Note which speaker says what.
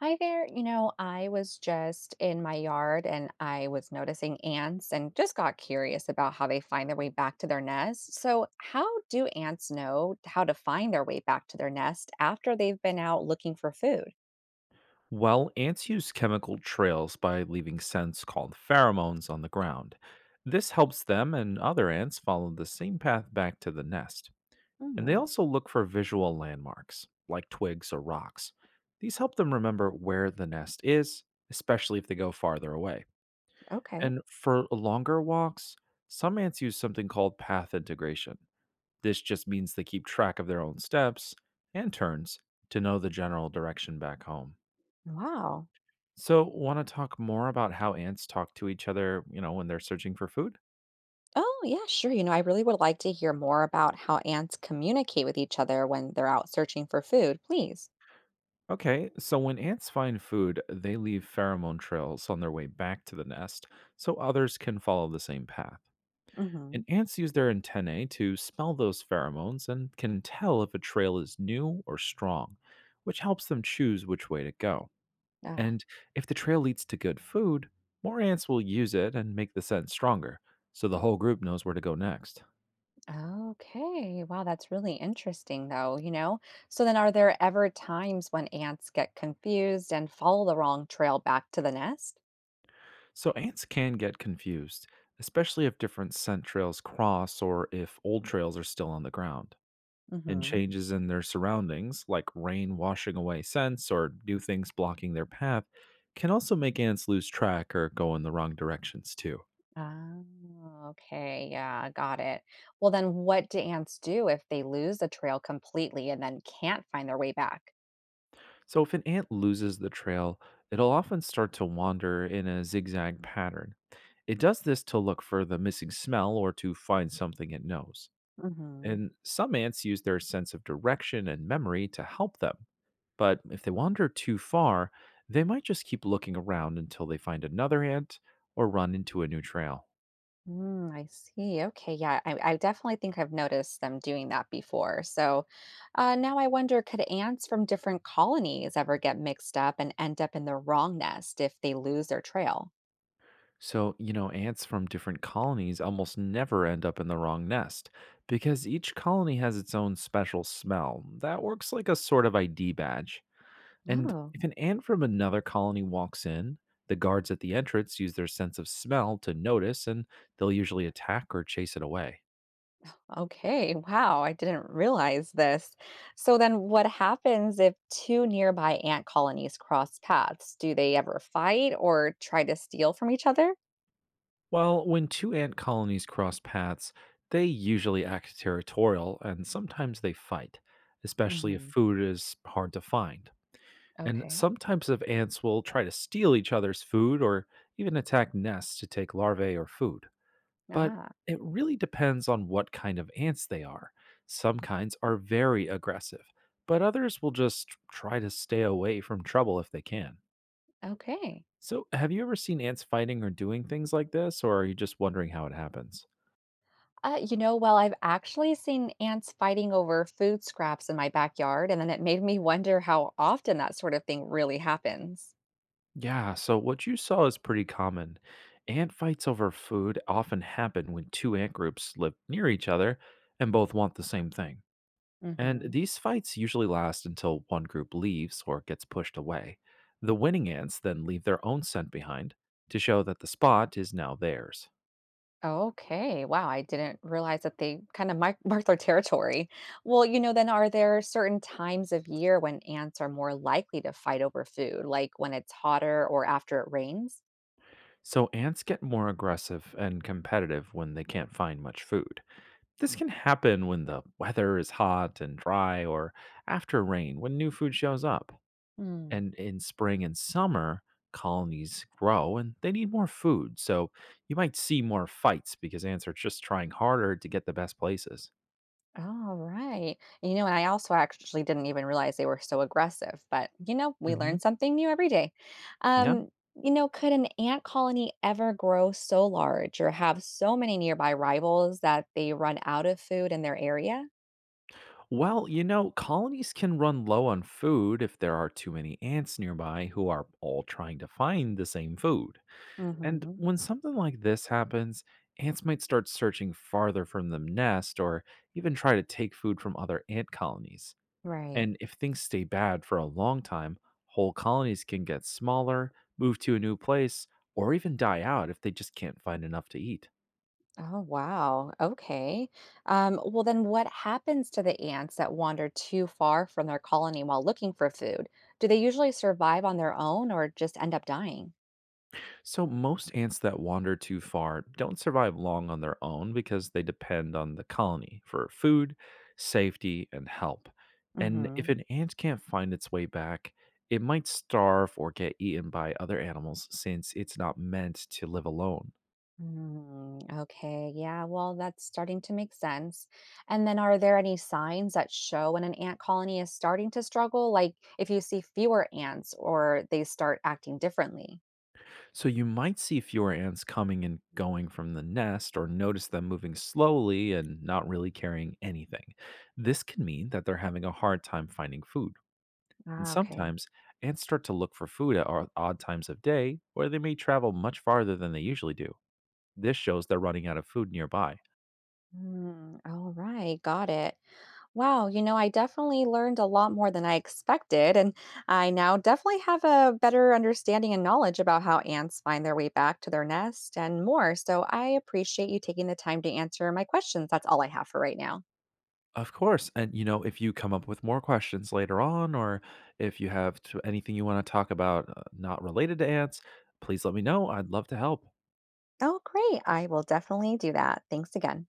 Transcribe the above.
Speaker 1: Hi there. You know, I was just in my yard and I was noticing ants and just got curious about how they find their way back to their nest. So, how do ants know how to find their way back to their nest after they've been out looking for food?
Speaker 2: Well, ants use chemical trails by leaving scents called pheromones on the ground. This helps them and other ants follow the same path back to the nest. And they
Speaker 1: Hmm.
Speaker 2: also look for visual landmarks, like twigs or rocks. These help them remember where the nest is, especially if they go farther away.
Speaker 1: Okay.
Speaker 2: And for longer walks, some ants use something called path integration. This just means they keep track of their own steps and turns to know the general direction back home.
Speaker 1: Wow.
Speaker 2: So, want to talk more about how ants talk to each other, when they're searching for food?
Speaker 1: Oh, yeah, sure. You know, I really would like to hear more about how ants communicate with each other when they're out searching for food, please.
Speaker 2: Okay, so when ants find food, they leave pheromone trails on their way back to the nest so others can follow the same path.
Speaker 1: Mm-hmm.
Speaker 2: And ants use their antennae to smell those pheromones and can tell if a trail is new or strong, which helps them choose which way to go. And if the trail leads to good food, more ants will use it and make the scent stronger, so the whole group knows where to go next.
Speaker 1: Okay. Wow, that's really interesting though, you know. So then are there ever times when ants get confused and follow the wrong trail back to the nest?
Speaker 2: So ants can get confused, especially if different scent trails cross or if old trails are still on the ground. And
Speaker 1: Hmm.
Speaker 2: changes in their surroundings, like rain washing away scents or new things blocking their path, can also make ants lose track or go in the wrong directions too.
Speaker 1: Oh, okay. Yeah, got it. Well, then what do ants do if they lose the trail completely and then can't find their way back?
Speaker 2: So if an ant loses the trail, it'll often start to wander in a zigzag pattern. It does this to look for the missing smell or to find something it knows.
Speaker 1: Hmm.
Speaker 2: And some ants use their sense of direction and memory to help them. But if they wander too far, they might just keep looking around until they find another ant or run into a new trail.
Speaker 1: Mm, I see. Okay. Yeah. I definitely think I've noticed them doing that before. So now I wonder, could ants from different colonies ever get mixed up and end up in the wrong nest if they lose their trail?
Speaker 2: So, ants from different colonies almost never end up in the wrong nest because each colony has its own special smell that works like a sort of ID badge. And
Speaker 1: Oh,
Speaker 2: if an ant from another colony walks in, the guards at the entrance use their sense of smell to notice and they'll usually attack or chase it away.
Speaker 1: okay. Wow. I didn't realize this. So then what happens if two nearby ant colonies cross paths? Do they ever fight or try to steal from each other?
Speaker 2: Well, when two ant colonies cross paths, they usually act territorial and sometimes they fight, especially if
Speaker 1: Hmm.
Speaker 2: food is hard to find. And
Speaker 1: Okay.
Speaker 2: some types of ants will try to steal each other's food or even attack nests to take larvae or food. But
Speaker 1: Ah,
Speaker 2: it really depends on what kind of ants they are. Some kinds are very aggressive, but others will just try to stay away from trouble if they can.
Speaker 1: okay.
Speaker 2: So, have you ever seen ants fighting or doing things like this, or are you just wondering how it happens?
Speaker 1: You know, well, I've actually seen ants fighting over food scraps in my backyard, and then it made me wonder how often that sort of thing really happens.
Speaker 2: Yeah, so what you saw is pretty common. Ant fights over food often happen when two ant groups live near each other and both want the same thing. And
Speaker 1: Hmm.
Speaker 2: these fights usually last until one group leaves or gets pushed away. The winning ants then leave their own scent behind to show that the spot is now theirs.
Speaker 1: Okay, wow, I didn't realize that they kind of mark their territory. Well, you know, then are there certain times of year when ants are more likely to fight over food, like when it's hotter or after it rains?
Speaker 2: So ants get more aggressive and competitive when they can't find much food. This can happen when the weather is hot and dry or after rain when new food shows up. And in spring and summer, colonies grow and they need more food. So you might see more fights because ants are just trying harder to get the best places.
Speaker 1: All right. You know, and I also actually didn't even realize they were so aggressive, but you know, we learn
Speaker 2: Mhm.
Speaker 1: something new every day.
Speaker 2: Yeah.
Speaker 1: Um, you know, could an ant colony ever grow so large or have so many nearby rivals that they run out of food in their area?
Speaker 2: Well, colonies can run low on food if there are too many ants nearby who are all trying to find the same food. And
Speaker 1: Mm-hmm.
Speaker 2: when something like this happens, ants might start searching farther from the nest or even try to take food from other ant colonies.
Speaker 1: Right.
Speaker 2: And if things stay bad for a long time, whole colonies can get smaller, move to a new place, or even die out if they just can't find enough to eat.
Speaker 1: Oh, wow. Okay. Well, then what happens to the ants that wander too far from their colony while looking for food? Do they usually survive on their own or just end up dying?
Speaker 2: So, most ants that wander too far don't survive long on their own because they depend on the colony for food, safety, and help. And if
Speaker 1: Mm-hmm.
Speaker 2: an ant can't find its way back, it might starve or get eaten by other animals since it's not meant to live alone.
Speaker 1: Mm, okay. Yeah. Well, that's starting to make sense. And then are there any signs that show when an ant colony is starting to struggle? Like if you see fewer ants or they start acting differently?
Speaker 2: So, you might see fewer ants coming and going from the nest or notice them moving slowly and not really carrying anything. This can mean that they're having a hard time finding food. And
Speaker 1: Ah, okay.
Speaker 2: sometimes ants start to look for food at odd times of day, or they may travel much farther than they usually do. This shows they're running out of food nearby.
Speaker 1: Mm, all right. Got it. Wow. You know, I definitely learned a lot more than I expected. And I now definitely have a better understanding and knowledge about how ants find their way back to their nest and more. So I appreciate you taking the time to answer my questions. That's all I have for right now.
Speaker 2: Of course, and if you come up with more questions later on, or if you have to, anything you want to talk about not related to ants, please let me know. I'd love to help.
Speaker 1: Oh, great. I will definitely do that. Thanks again.